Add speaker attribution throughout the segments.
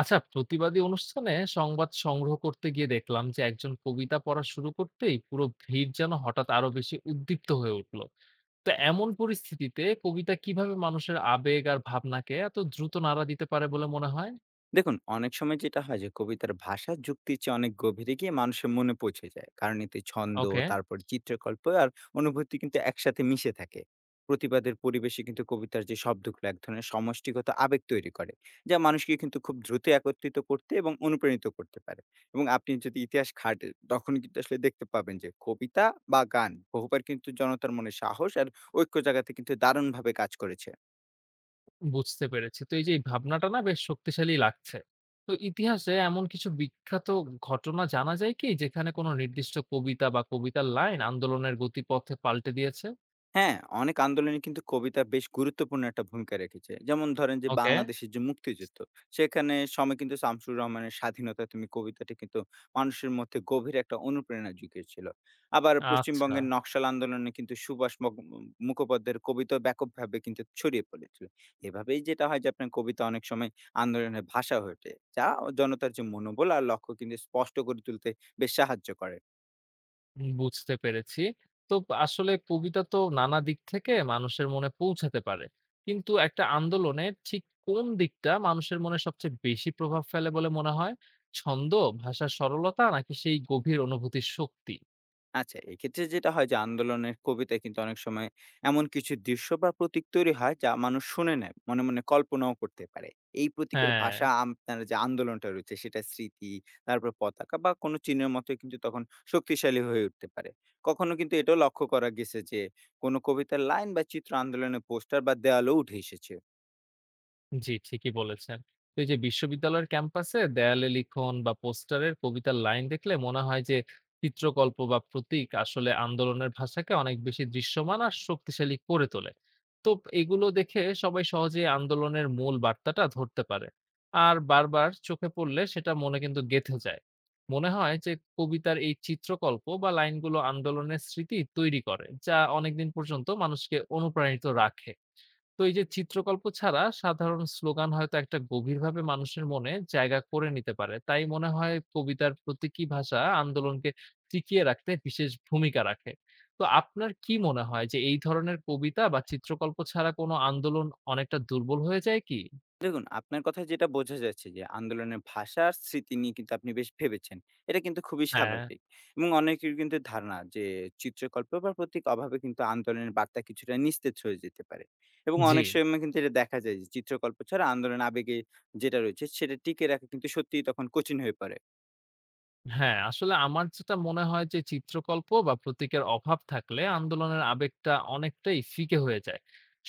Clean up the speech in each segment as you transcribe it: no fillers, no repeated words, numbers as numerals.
Speaker 1: আচ্ছা, প্রতিবাদী অনুষ্ঠানে সংবাদ সংগ্রহ করতে গিয়ে দেখলাম যে একজন কবিতা পড়া শুরু করতেই পুরো ভিড় যেন হঠাৎ আরো বেশি উদ্দীপ্ত হয়ে উঠলো। তো এমন পরিস্থিতিতে কবিতা কিভাবে মানুষের আবেগ আর ভাবনাকে এত দ্রুত নাড়া দিতে পারে বলে মনে হয়?
Speaker 2: দেখুন অনেক সময় যেটা হয় যে কবিতার ভাষা যুক্তির চেয়ে অনেক গভীরে গিয়ে মানুষের মনে পৌঁছে যায় কারণ এতে ছন্দ,
Speaker 1: ওকে,
Speaker 2: তারপর চিত্রকল্প আর অনুভূতি কিন্তু একসাথে মিশে থাকে। প্রতিবাদের পরিবেশে কিন্তু কবিতার যে শব্দগুলো এক ধরনের সমষ্টিগত আবেগ তৈরি করে, যা মানুষকে কিন্তু খুব দ্রুত একত্রিত করতে এবং অনুপ্রাণিত করতে পারে। এবং আপনি যদি ইতিহাস ঘাটেন, তখন কিন্তু আসলে দেখতে পাবেন যে কবিতা বা গান বহুবার কিন্তু জনতার মনে সাহস আর ঐক্য জায়গাতে কিন্তু দারুণভাবে কাজ করেছে।
Speaker 1: বুঝতে পেরেছি। তো এই যে এই ভাবনাটা না বেশ শক্তিশালী লাগছে। তো ইতিহাসে এমন কিছু বিখ্যাত ঘটনা জানা যায় কি যেখানে কোনো নির্দিষ্ট কবিতা বা কবিতার লাইন আন্দোলনের গতিপথে পাল্টে দিয়েছে?
Speaker 2: হ্যাঁ, অনেক আন্দোলনে কিন্তু কবিতা বেশ গুরুত্বপূর্ণ একটা ভূমিকা রেখেছে। যেমন ধরেন যে
Speaker 1: ওকে।
Speaker 2: বাংলাদেশের যে মুক্তিযুদ্ধ, সেখানে সময় কিন্তু শামসুর রহমানের 'স্বাধীনতা তুমি' কবিতাটি কিন্তু মানুষের মধ্যে গভীর একটা অনুপ্রেরণা জুগিয়েছিল। আবার
Speaker 1: আচ্ছা।
Speaker 2: পশ্চিমবঙ্গের নকশাল আন্দোলনে কিন্তু সুভাষ মগ উম মুখোপাধ্যায়ের কবিতা ব্যাপকভাবে কিন্তু ছড়িয়ে পড়েছিল। এভাবেই যেটা হয় যে আপনার কবিতা অনেক সময় আন্দোলনের ভাষা হয়ে ওঠে, যা জনতার যে মনোবল আর লক্ষ্য কিন্তু স্পষ্ট করে তুলতে বেশ সাহায্য করে।
Speaker 1: বুঝতে পেরেছি। তো আসলে কবিতা তো নানা দিক থেকে মানুষের মনে পৌঁছাতে পারে। কিন্তু একটা আন্দোলনের ঠিক কোন দিকটা মানুষের মনে সবচেয়ে বেশি প্রভাব ফেলে বলে মনে হয়? ছন্দ, ভাষার সরলতা নাকি সেই গভীর অনুভূতির শক্তি?
Speaker 2: আচ্ছা, এক্ষেত্রে যেটা হয় যে আন্দোলনের কবিতায় কিন্তু অনেক সময় এমন কিছু দৃশ্য বা প্রতীক তৈরি হয় যা মানুষ শুনে নেয়, মনে, মনে কল্পনাও করতে পারে। এই প্রতীকের
Speaker 1: হ্যাঁ।
Speaker 2: ভাষা আপনার যে আন্দোলনটা রয়েছে সেটা স্মৃতি, তারপর পতাকা বা কোনো চিহ্নের মতোই কিন্তু তখন শক্তিশালী হয়ে উঠতে পারে। কখনো কিন্তু এটাও লক্ষ্য করা গেছে যে, কোনো কবিতার লাইন বা চিত্র আন্দোলনের পোস্টার বা দেয়ালেও উঠে এসেছে।
Speaker 1: জি, ঠিকই বলেছেন। তো এই যে বিশ্ববিদ্যালয়ের ক্যাম্পাসে দেয়ালে লিখন বা পোস্টারের কবিতার লাইন দেখলে মনে হয় যে চিত্রকল্প বা প্রতীক আসলে আন্দোলনের ভাষাকে অনেক বেশি দৃশ্যমান আর শক্তিশালী করে তোলে। তো এগুলো দেখে সবাই সহজেই আন্দোলনের মূল বার্তাটা ধরতে পারে। আর বারবার চোখে পড়লে সেটা মনে কিন্তু গেঁথে যায়। মনে হয় যে কবিতার এই চিত্রকল্প বা লাইনগুলো আন্দোলনের স্মৃতি তৈরি করে, যা অনেকদিন পর্যন্ত মানুষকে অনুপ্রাণিত রাখে। তো এই যে চিত্রকল্প ছাড়া সাধারণ স্লোগান হয়তো একটা গভীরভাবে মানুষের মনে জায়গা করে নিতে পারে, তাই মনে হয় কবিতার প্রতীকী ভাষা আন্দোলনকে টিকিয়ে রাখতে বিশেষ ভূমিকা রাখে। তো আপনার কি মনে হয় যে এই ধরনের কবিতা বা চিত্রকল্প ছাড়া কোনো আন্দোলন অনেকটা দুর্বল হয়ে যায় কি?
Speaker 2: দেখুন, আপনার কথায় যেটা বোঝা যাচ্ছে যে আন্দোলনের ভাষা আর স্মৃতি নিয়ে কিন্তু আপনি বেশ ভেবেছেন। এটা কিন্তু খুবই
Speaker 1: হ্যাঁ।
Speaker 2: স্বাভাবিক। এবং অনেকের কিন্তু ধারণা যে চিত্রকল্প বা প্রতীক অভাবে কিন্তু আন্দোলনের বার্তা কিছুটা নিস্তেজ হয়ে যেতে পারে। এবং
Speaker 1: জি।
Speaker 2: অনেক সময় কিন্তু এটা দেখা যায় যে চিত্রকল্প ছাড়া আন্দোলন আবেগে যেটা রয়েছে সেটা টিকিয়ে রাখা কিন্তু সত্যিই তখন কঠিন হয়ে পড়ে।
Speaker 1: হ্যাঁ, আসলে আমার যেটা মনে হয় যে চিত্রকল্প বা প্রতীকের অভাব থাকলে আন্দোলনের আবেগটা অনেকটাই ফিকে হয়ে যায়।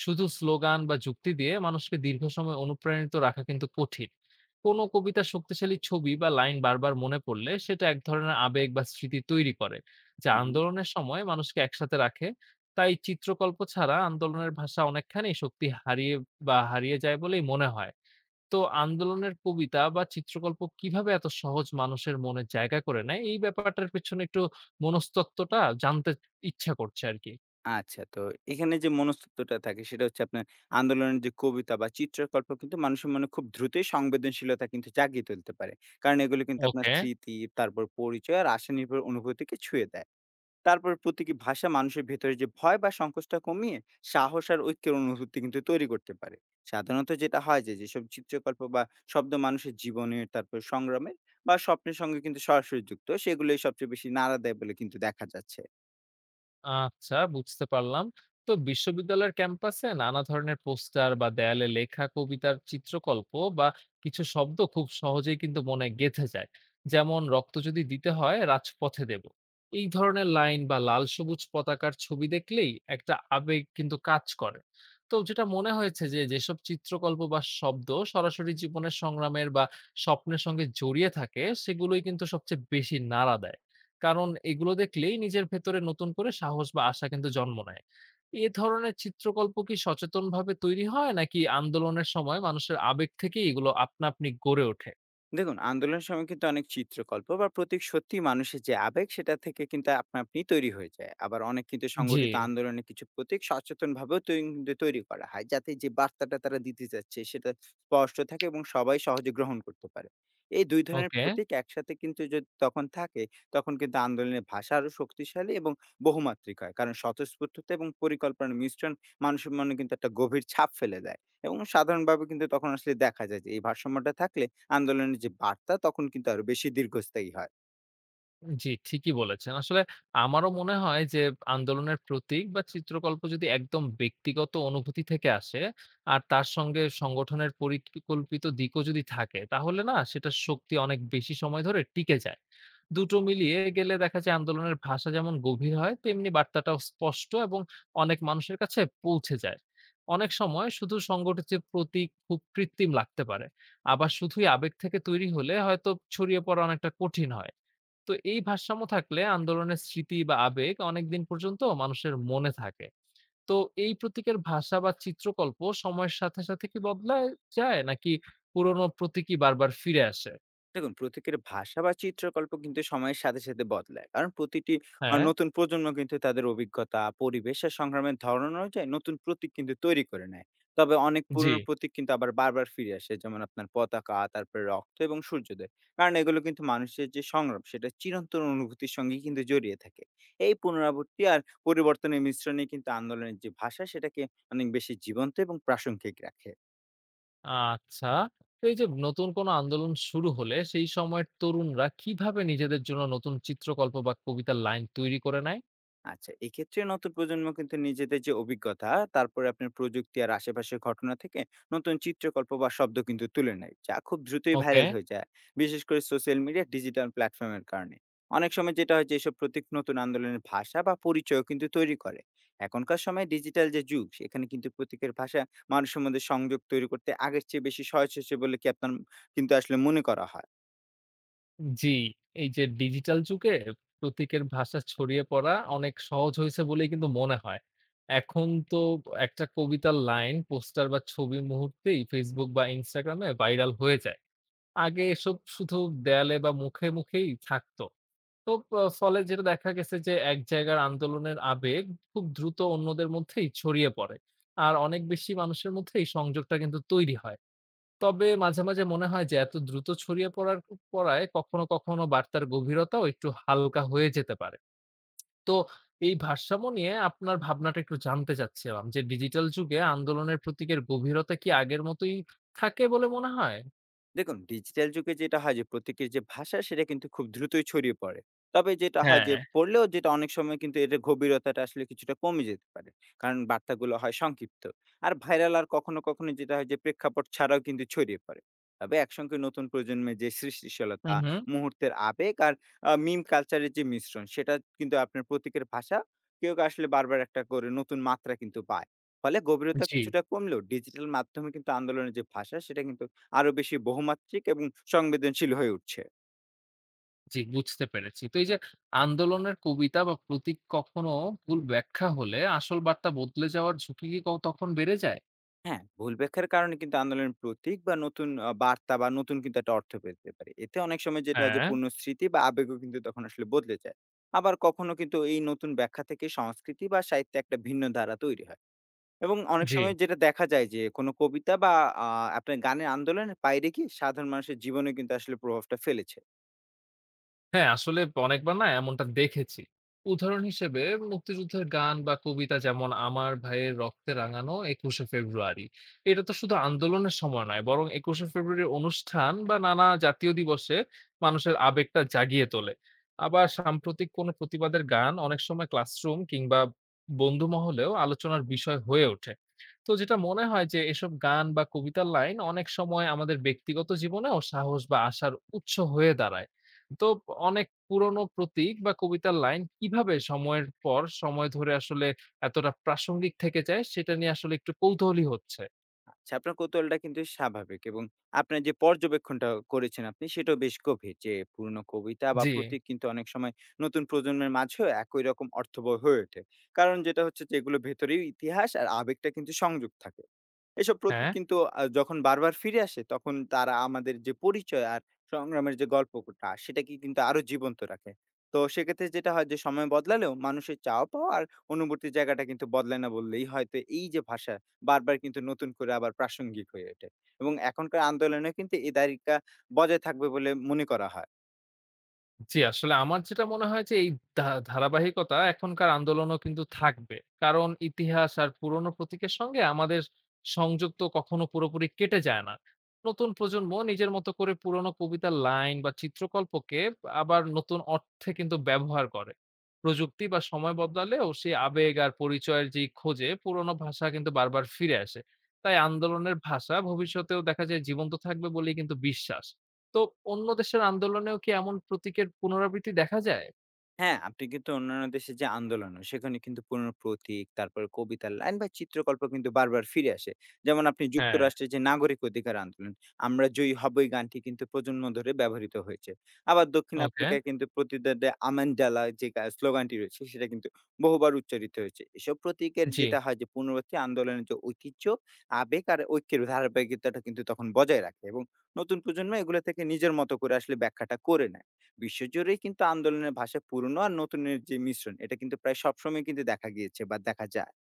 Speaker 1: শুধু স্লোগান বা যুক্তি দিয়ে মানুষকে দীর্ঘ সময় অনুপ্রাণিত রাখা কিন্তু কঠিন। কোনো কবিতার শক্তিশালী ছবি বা লাইন বারবার মনে পড়লে সেটা এক ধরনের আবেগ বা স্মৃতি তৈরি করে, যা
Speaker 2: হু, হু।
Speaker 1: আন্দোলনের সময় মানুষকে একসাথে রাখে। তাই চিত্রকল্প ছাড়া আন্দোলনের ভাষা অনেকখানি শক্তি হারিয়ে বা হারিয়ে যায় বলেই মনে হয়। তো আন্দোলনের কবিতা বা চিত্রকল্প কিভাবে এত সহজ মানুষের মনে জায়গা করে নেয়, এই ব্যাপারটার পেছনে একটু মনস্তত্ত্বটা জানতে ইচ্ছা করছে আরকি।
Speaker 2: আচ্ছা, তো এখানে যে মনস্তত্ত্বটা থাকে সেটা হচ্ছে আপনার আন্দোলনের যে কবিতা বা চিত্রকল্প কিন্তু মানুষের মনে খুব দ্রুতই সংবেদনশীলতা কিন্তু জাগিয়ে তুলতে পারে, কারণ এগুলো কিন্তু আপনার
Speaker 1: ওকে।
Speaker 2: স্মৃতি, তারপর পরিচয় আর আশা নির্ভর অনুভূতিকে ছুঁয়ে দেয়। তারপর প্রতীকী ভাষা মানুষের ভেতরে যে ভয় বা সংকোচটা কমিয়ে সাহস আর ঐক্যের অনুভূতি কিন্তু তৈরি করতে পারে। সাধারণত যেটা হয় যে যেসব চিত্রকল্প বা শব্দ মানুষের জীবনের, তারপর সংগ্রামের বা স্বপ্নের সঙ্গে কিন্তু সরাসরি যুক্ত, সেগুলোই সবচেয়ে বেশি নাড়া দেয় বলে কিন্তু দেখা যাচ্ছে।
Speaker 1: আচ্ছা, বুঝতে পারলাম। তো বিশ্ববিদ্যালয়ের ক্যাম্পাসে নানা ধরনের পোস্টার বা দেয়ালে লেখা কবিতার চিত্রকল্প বা কিছু শব্দ খুব সহজেই কিন্তু মনে গেঁথে যায়। যেমন রক্ত যদি দিতে হয় রাজপথে দেব, এই ধরনের লাইন বা লাল সবুজ পতাকার ছবি দেখলেই একটা আবেগ কিন্তু কাজ করে। তো যেটা মনে হয়েছে যে যেসব চিত্রকল্প বা শব্দ সরাসরি জীবনের সংগ্রামের বা স্বপ্নের সঙ্গে জড়িয়ে থাকে সেগুলোই কিন্তু সবচেয়ে বেশি নাড়া দেয়, কারণ এগুলো দেখলেই নিজের ভেতরে নতুন করে সাহস বা আশা কিন্তু জন্ম নেয়। এ ধরনের চিত্রকল্প কি সচেতনভাবে তৈরি হয় নাকি আন্দোলনের সময় মানুষের আবেগ থেকেই এগুলো আপনা আপনি গড়ে ওঠে?
Speaker 2: দেখুন, আন্দোলনের সময় কিন্তু অনেক চিত্রকল্প বা প্রতীক সত্যি মানুষের যে আবেগ সেটা থেকে কিন্তু আপনা আপনি তৈরি হয়ে যায়, আবার অনেক কিন্তু
Speaker 1: জি।
Speaker 2: সংগঠিত আন্দোলনে কিছু প্রতীক সচেতন ভাবেও কিন্তু তৈরি করা হয় যাতে যে বার্তাটা তারা দিতে যাচ্ছে সেটা স্পষ্ট থাকে এবং সবাই সহজে গ্রহণ করতে পারে। এই দুই ধরনের
Speaker 1: ওকে।
Speaker 2: প্রতীক একসাথে কিন্তু যদি তখন থাকে, তখন কিন্তু আন্দোলনের ভাষা আরো শক্তিশালী এবং বহুমাত্রিক হয়, কারণ স্বতঃস্ফূর্ততা এবং পরিকল্পনার মিশ্রণ মানুষের মনে কিন্তু একটা গভীর ছাপ ফেলে দেয়। এবং সাধারণভাবে কিন্তু তখন আসলে দেখা যায় যে এই ভারসাম্যটা থাকলে আন্দোলনের যে বার্তা, তখন কিন্তু আরো বেশি দীর্ঘস্থায়ী হয়।
Speaker 1: জি, ঠিকই বলেছেন। আসলে আমারও মনে হয় যে আন্দোলনের প্রতীক বা চিত্রকল্প যদি একদম ব্যক্তিগত অনুভূতি থেকে আসে আর তার সঙ্গে সংগঠনের পরিকল্পিত দিকও যদি থাকে তাহলে না সেটার শক্তি অনেক বেশি সময় ধরে টিকে যায়। দুটো মিলিয়ে গেলে দেখা যায় আন্দোলনের ভাষা যেমন গভীর হয় তেমনি বার্তাটাও স্পষ্ট এবং অনেক মানুষের কাছে পৌঁছে যায়। অনেক সময় শুধু সংগঠিত প্রতীক খুব কৃত্রিম লাগতে পারে। আবার শুধুই আবেগ থেকে তৈরি হলে হয়তো ছড়িয়ে পড়া অনেকটা কঠিন হয়। তো এই ভারসাম্য থাকলে আন্দোলনের স্মৃতি বা আবেগ অনেকদিন পর্যন্ত মানুষের মনে থাকে। তো এই প্রতীকের ভাষা বা চিত্রকল্প সময়ের সাথে সাথে কি বদলায় যায় নাকি পুরনো প্রতীকই বারবার ফিরে আসে?
Speaker 2: দেখুন, প্রতীকের ভাষা বা চিত্রকল্প কিন্তু সময়ের সাথে সাথে বদলায়, কারণ প্রতিটি
Speaker 1: হ্যাঁ।
Speaker 2: নতুন প্রজন্ম কিন্তু তাদের অভিজ্ঞতা, পরিবেশ আর সংগ্রামের ধরন অনুযায়ী নতুন প্রতীক কিন্তু তৈরি করে নেয়। তবে অনেক
Speaker 1: জি।
Speaker 2: পুরনো প্রতীক কিন্তু আবার বারবার ফিরে আসে, যেমন আপনার পতাকা, তারপরে রক্ত এবং সূর্যোদয়, কারণ এগুলো কিন্তু মানুষের যে সংগ্রাম সেটা চিরন্তন অনুভূতির সঙ্গে কিন্তু জড়িয়ে থাকে। এই পুনরাবৃত্তি আর পরিবর্তনের মিশ্রণে কিন্তু আন্দোলনের যে ভাষা সেটাকে অনেক বেশি জীবন্ত এবং প্রাসঙ্গিক রাখে।
Speaker 1: আচ্ছা। তো এই যে নতুন কোনো আন্দোলন শুরু হলে সেই সময়ের তরুণরা কিভাবে নিজেদের জন্য নতুন চিত্রকল্প বা কবিতার লাইন তৈরি করে নেয়?
Speaker 2: আচ্ছা, এক্ষেত্রে নতুন প্রজন্ম কিন্তু নিজেদের যে অভিজ্ঞতা, তারপরে আপনার প্রযুক্তি আর আশেপাশের ঘটনা থেকে নতুন চিত্রকল্প বা শব্দ কিন্তু তুলে নেয়, যা খুব দ্রুতই
Speaker 1: ওকে।
Speaker 2: ভাইরাল হয়ে যায়। বিশেষ করে সোশ্যাল মিডিয়া, ডিজিটাল প্ল্যাটফর্মের কারণে। অনেক সময় যেটা হয় যে এসব প্রতীক নতুন আন্দোলনের ভাষা বা পরিচয়ও কিন্তু তৈরি করে। এখনকার সময়ে ডিজিটাল যে যুগ, সেখানে কিন্তু প্রতীকের ভাষা মানুষের মধ্যে সংযোগ তৈরি করতে আগের চেয়ে বেশি সহজ হয়েছে বলে কি আপনার কিন্তু আসলে মনে করা হয়?
Speaker 1: জি, এই যে ডিজিটাল যুগে প্রতীকের ভাষা ছড়িয়ে পড়া অনেক সহজ হয়েছে বলেই কিন্তু মনে হয়। এখন তো একটা কবিতার লাইন, পোস্টার বা ছবি মুহূর্তেই Facebook বা Instagram এ ভাইরাল হয়ে যায়। আগে এসব শুধু দেয়ালে বা মুখে, মুখেই থাকতো। তো ফলে যেটা দেখা গেছে যে এক জায়গার আন্দোলনের আবেগ খুব দ্রুত অন্যদের মধ্যেই ছড়িয়ে পড়ে। আর অনেক বেশি মানুষের মধ্যে এই সংযোগটা কিন্তু তৈরি হয়। তবে মাঝে, মাঝে মনে হয় যে এত দ্রুত ছড়িয়ে পড়ায় কখনো, কখনো বার্তার গভীরতাও একটু হালকা হয়ে যেতে পারে। তো এই ভারসাম্য নিয়ে আপনার ভাবনাটা একটু জানতে চাচ্ছিলাম যে ডিজিটাল যুগে আন্দোলনের প্রতীকের গভীরতা কি আগের মতোই থাকে বলে মনে হয়?
Speaker 2: দেখুন, ডিজিটাল যুগে যেটা হয় যে প্রতীকের যে ভাষা সেটা কিন্তু খুব দ্রুতই ছড়িয়ে পড়ে। তবে যেটা হয় যে
Speaker 1: হ্যাঁ।
Speaker 2: পড়লেও যেটা অনেক সময় কিন্তু এটার গভীরতাটা আসলে কিছুটা কমে যেতে পারে। কারণ বার্তাগুলো হয় সংক্ষিপ্ত। আর ভাইরাল, আর কখনো, কখনো যেটা হয় যে প্রেক্ষাপট ছাড়াও কিন্তু ছড়িয়ে পড়ে। তবে একসঙ্গে নতুন প্রজন্মের যে
Speaker 1: হুম,
Speaker 2: সৃষ্টিশীলতা,
Speaker 1: হুম।
Speaker 2: মুহূর্তের আবেগ আর মিম কালচারের যে মিশ্রণ, সেটা কিন্তু আপনার প্রতীকের ভাষা কেউ আসলে বারবার একটা করে নতুন মাত্রা কিন্তু পায়। ফলে গভীরতা
Speaker 1: জি।
Speaker 2: কিছুটা কমলেও ডিজিটাল মাধ্যমে কিন্তু আন্দোলনের যে ভাষা সেটা কিন্তু আরো বেশি বহুমাত্রিক এবং সংবেদনশীল হয়ে উঠছে।
Speaker 1: জি, বুঝতে পেরেছি। তো এই যে আন্দোলনের কবিতা বা প্রতীক কখনো ভুল ব্যাখ্যা হলে আসল বার্তা বদলে যাওয়ার ঝুঁকি কি তখন বেড়ে যায়?
Speaker 2: হ্যাঁ, ভুল ব্যাখ্যার কারণে কিন্তু আন্দোলনের প্রতীক বা নতুন বার্তা বা নতুন কিন্তু একটা অর্থ পেতে পারে। এতে অনেক সময় যেটা হয় যে
Speaker 1: হ্যাঁ।
Speaker 2: পূর্ণ স্মৃতি বা আবেগও কিন্তু তখন আসলে বদলে যায়। আবার কখনো কিন্তু এই নতুন ব্যাখ্যা থেকে সংস্কৃতি বা সাহিত্যে একটা ভিন্ন ধারা তৈরি হয়। এবং অনেক
Speaker 1: জি।
Speaker 2: সময় যেটা দেখা যায় যে কোনো কবিতা বা আ আপনার গানের আন্দোলনের বাইরে গিয়ে সাধারণ মানুষের জীবনে কিন্তু আসলে প্রভাবটা ফেলেছে।
Speaker 1: হ্যাঁ, আসলে অনেকবার না এমনটা দেখেছি। উদাহরণ হিসেবে মুক্তিযুদ্ধের গান বা কবিতা যেমন 'আমার ভাইয়ের রক্তে রাঙানো ২১শে ফেব্রুয়ারি।' এটা তো শুধু আন্দোলনের সময় নয়, বরং ২১শে ফেব্রুয়ারির অনুষ্ঠান বা নানা জাতীয় দিবসে মানুষের আবেগটা জাগিয়ে তোলে। আবার সাম্প্রতিক কোনো প্রতিবাদের গান অনেক সময় ক্লাসরুম কিংবা বন্ধু মহলেও আলোচনার বিষয় হয়ে ওঠে। তো যেটা মনে হয় যে এসব গান বা কবিতার লাইন অনেক সময় আমাদের ব্যক্তিগত জীবনেও সাহস বা আশার উৎস হয়ে দাঁড়ায়। তো অনেক পুরনো প্রতীক বা কবিতার লাইন কিভাবে সময়ের পর সময় ধরে আসলে এতটা প্রাসঙ্গিক থেকে যায় সেটা নিয়ে আসলে একটু কৌতূহলী হচ্ছে।
Speaker 2: আচ্ছা, আপনার কৌতূহলটা কিন্তু স্বাভাবিক এবং আপনার যে পর্যবেক্ষণটা করেছেন আপনি সেটাও বেশ গভীর যে পুরনো কবিতা বা
Speaker 1: জি।
Speaker 2: প্রতীক কিন্তু অনেক সময় নতুন প্রজন্মের মাঝেও একই রকম অর্থবহ হয়ে ওঠে, কারণ যেটা হচ্ছে যে এগুলো ভেতরেই ইতিহাস আর আবেগটা কিন্তু সংযোগ থাকে। এসব প্রতীক
Speaker 1: হ্যাঁ।
Speaker 2: কিন্তু যখন বারবার ফিরে আসে, তখন তারা আমাদের যে পরিচয় আর সংগ্রামের যে গল্পটা, সেটাকে কিন্তু আরো জীবন্ত রাখে। তো সেক্ষেত্রে যেটা হয় যে সময় বদলালেও মানুষের চাওয়া পাওয়া আর অনুভূতির জায়গাটা কিন্তু বদলায় না বললেই হয়তো এই যে ভাষা বারবার কিন্তু নতুন করে আবার প্রাসঙ্গিক হয়ে ওঠে। এবং এখনকার আন্দোলনে কিন্তু এ দায়িকা বজায় থাকবে বলে মনে করা হয়।
Speaker 1: জি, আসলে আমার যেটা মনে হয় যে এই ধারাবাহিকতা এখনকার আন্দোলনও কিন্তু থাকবে। কারণ ইতিহাস আর পুরনো প্রতীকের সঙ্গে আমাদের সংযোগ তো কখনো পুরোপুরি কেটে যায় না। নতুন প্রজন্ম নিজের মতো করে পুরনো কবিতার লাইন বা চিত্রকল্পকে আবার নতুন অর্থে কিন্তু ব্যবহার করে। প্রযুক্তি বা সময় বদলালেও সেই আবেগ আর পরিচয়ের যেই খোঁজে পুরনো ভাষা কিন্তু বারবার ফিরে আসে। তাই আন্দোলনের ভাষা ভবিষ্যতেও দেখা যায় জীবন্ত থাকবে বলেই কিন্তু বিশ্বাস। তো অন্য দেশের আন্দোলনেও কি এমন প্রতীকের পুনরাবৃত্তি দেখা যায়?
Speaker 2: হ্যাঁ, আপনি কিন্তু অন্যান্য দেশে যে আন্দোলন হয়, সেখানে কিন্তু পুরনো প্রতীক, তারপরে কবিতার লাইন বা চিত্রকল্প কিন্তু বারবার ফিরে আসে। যেমন আপনি
Speaker 1: হ্যাঁ।
Speaker 2: যুক্তরাষ্ট্রের যে নাগরিক অধিকার আন্দোলন, "আমরা জয়ী হবই" গানটি কিন্তু প্রজন্ম ধরে ব্যবহৃত হয়েছে। আবার দক্ষিণ
Speaker 1: ওকে।
Speaker 2: আফ্রিকায় কিন্তু "প্রতিদ্বন্দ্বী আমানডালা" যে স্লোগানটি রয়েছে, সেটা কিন্তু বহুবার উচ্চারিত হয়েছে। এসব প্রতীকের
Speaker 1: জি।
Speaker 2: যেটা হয় যে পূর্ণবর্তী আন্দোলনের যে ঐতিহ্য, আবেগ আর ঐক্যের ধারাবাহিকতাটা কিন্তু তখন বজায় রাখে এবং নতুন প্রজন্ম এগুলো থেকে নিজের মতো করে আসলে ব্যাখ্যাটা করে নেয়। বিশ্বজুড়েই কিন্তু আন্দোলনের ভাষা পুরনো আর নতুনের যে মিশ্রণ, এটা কিন্তু প্রায় সবসময় কিন্তু দেখা গিয়েছে বা দেখা যায়।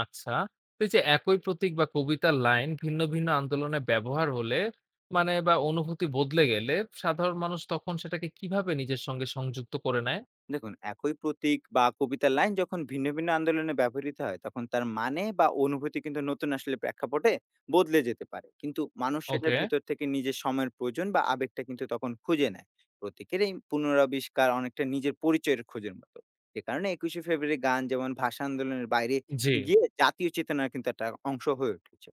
Speaker 1: আচ্ছা। তো এই যে একই প্রতীক বা কবিতার লাইন ভিন্ন, ভিন্ন আন্দোলনে ব্যবহার হলে মানে বা অনুভূতি বদলে গেলে সাধারণ মানুষ তখন সেটাকে কিভাবে নিজের সঙ্গে সংযুক্ত করে নেয়?
Speaker 2: দেখুন, একই প্রতীক বা কবিতার লাইন যখন ভিন্ন ভিন্ন আন্দোলনে ব্যবহৃত হয়, তখন তার মানে বা অনুভূতি কিন্তু নতুন আসলে প্রেক্ষাপটে বদলে যেতে পারে, কিন্তু মানুষ সেটার
Speaker 1: ওকে,
Speaker 2: ভিতর থেকে নিজের সময়ের প্রয়োজন বা আবেগটা কিন্তু তখন খুঁজে নেয়। প্রতীকের এই পুনরাবিষ্কার অনেকটা নিজের পরিচয়ের খোঁজের মতো, যে কারণে একুশে ফেব্রুয়ারি গান যেমন ভাষা আন্দোলনের বাইরে
Speaker 1: জি।
Speaker 2: গিয়ে জাতীয় চেতনার কিন্তু একটা অংশ হয়ে উঠেছে।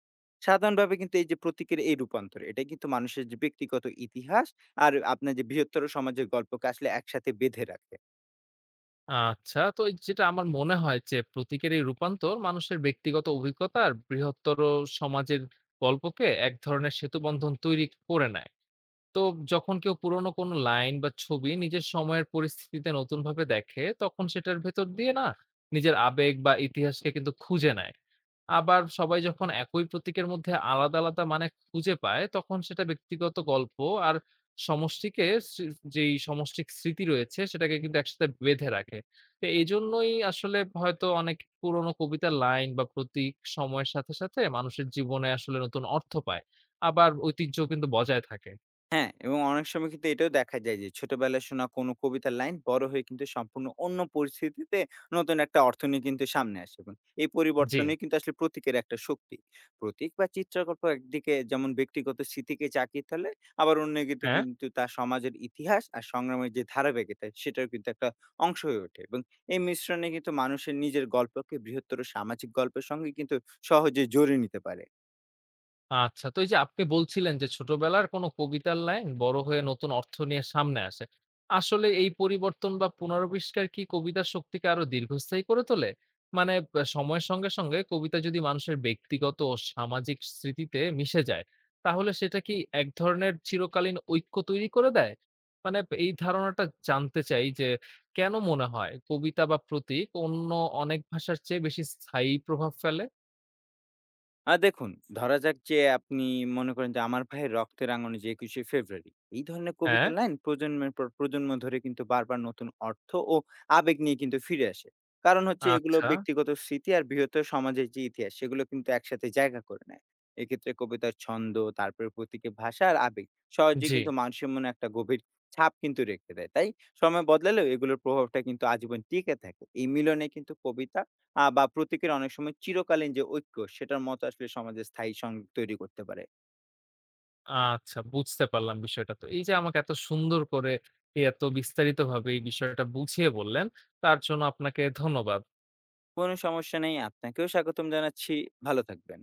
Speaker 2: সাধারণভাবে কিন্তু এই যে প্রতীকের এই রূপান্তর, এটা কিন্তু মানুষের যে ব্যক্তিগত ইতিহাস আর আপনার যে বৃহত্তর সমাজের গল্পকে আসলে একসাথে বেঁধে রাখে।
Speaker 1: আচ্ছা, তো এই যেটা আমার মনে হয় যে প্রতীকের এই রূপান্তর মানুষের ব্যক্তিগত অভিজ্ঞতার বৃহত্তর সমাজের গল্পকে এক ধরনের সেতুবন্ধন তৈরি করে নেয়। তো যখন কেউ পুরোনো কোনো লাইন বা ছবি নিজের সময়ের পরিস্থিতিতে নতুনভাবে দেখে তখন সেটার ভেতর দিয়ে না নিজের আবেগ বা ইতিহাসকে কিন্তু খুঁজে নেয়। আবার সবাই যখন একই প্রতীকের মধ্যে আলাদা আলাদা মানে খুঁজে পায় তখন সেটা ব্যক্তিগত গল্প আর সমষ্টিকে যেই সমষ্টিক স্মৃতি রয়েছে সেটাকে কিন্তু একসাথে বেঁধে রাখে। তো এই জন্যই আসলে হয়তো অনেক পুরোনো কবিতার লাইন বা প্রতীক সময়ের সাথে সাথে মানুষের জীবনে আসলে নতুন অর্থ পায়, আবার ঐতিহ্য কিন্তু বজায় থাকে।
Speaker 2: হ্যাঁ, এবং অনেক সময় কিন্তু এটাও দেখা যায় যে ছোটবেলায় শোনা কোনো কবিতার লাইন বড় হয়ে কিন্তু সম্পূর্ণ অন্য পরিস্থিতিতে নতুন একটা অর্থ নিয়ে কিন্তু সামনে আসে, এবং এই
Speaker 1: জি।
Speaker 2: পরিবর্তনে কিন্তু আসলে প্রতীকের একটা শক্তি। প্রতীক বা চিত্রকল্প একদিকে যেমন ব্যক্তিগত স্মৃতিকে জাগিয়ে তোলে, আবার অন্যদিকে
Speaker 1: হ্যাঁ,
Speaker 2: কিন্তু তার সমাজের ইতিহাস আর সংগ্রামের যে ধারাবাহিকতা, সেটাও কিন্তু একটা অংশ হয়ে ওঠে, এবং এই মিশ্রণে কিন্তু মানুষের নিজের গল্পকে বৃহত্তর সামাজিক গল্পের সঙ্গে কিন্তু সহজে জড়িয়ে নিতে পারে।
Speaker 1: আচ্ছা। তো এই যে আপনি বলছিলেন যে ছোটবেলার কোনো কবিতার লাইন বড় হয়ে নতুন অর্থ নিয়ে সামনে আসে। আসলে এই পরিবর্তন বা পুনরাবিষ্কার কি কবিতার শক্তিকে আরো দীর্ঘস্থায়ী করে তোলে? মানে সময়ের সঙ্গে, সঙ্গে কবিতা যদি মানুষের ব্যক্তিগত ও সামাজিক স্মৃতিতে মিশে যায়, তাহলে সেটা কি এক ধরনের চিরকালীন ঐক্য তৈরি করে দেয়? মানে এই ধারণাটা জানতে চাই যে কেন মনে হয় কবিতা বা প্রতীক অন্য অনেক ভাষার চেয়ে বেশি স্থায়ী প্রভাব ফেলে?
Speaker 2: দেখুন, ধরা যাক যে আপনি মনে করেন যে, 'আমার ভাইয়ের রক্তে রাঙানো যে ২১শে ফেব্রুয়ারি।' এই ধরনের
Speaker 1: হ্যাঁ,
Speaker 2: কবিতার লাইন প্রজন্মের পর প্রজন্ম ধরে কিন্তু বারবার নতুন অর্থ ও আবেগ নিয়ে কিন্তু ফিরে আসে। কারণ হচ্ছে এগুলো
Speaker 1: আচ্ছা।
Speaker 2: ব্যক্তিগত স্মৃতি আর বৃহত্তর সমাজের যে ইতিহাস, সেগুলো কিন্তু একসাথে জায়গা করে নেয়। এক্ষেত্রে কবিতার ছন্দ, তারপরে প্রতীকের ভাষা আর আবেগ সহজেই
Speaker 1: জি।
Speaker 2: কিন্তু মানুষের মনে একটা গভীর ছাপ কিন্তু রেখে দেয়। তাই সময় বদলালেও এগুলোর প্রভাবটা কিন্তু আজীবন টিকে থাকে। এই মিলনে কিন্তু কবিতা বা প্রতীকের অনেক সময় চিরকালীন যে ঐক্য, সেটার মতো আসলে সমাজে স্থায়ী সংযোগ তৈরি করতে পারে।
Speaker 1: আচ্ছা, বুঝতে পারলাম বিষয়টা। তো এই যে আমাকে এত সুন্দর করে এত বিস্তারিতভাবে এই বিষয়টা বুঝিয়ে বললেন, তার জন্য আপনাকে ধন্যবাদ।
Speaker 2: কোনো সমস্যা নেই। আপনাকেও স্বাগতম জানাচ্ছি। ভালো থাকবেন।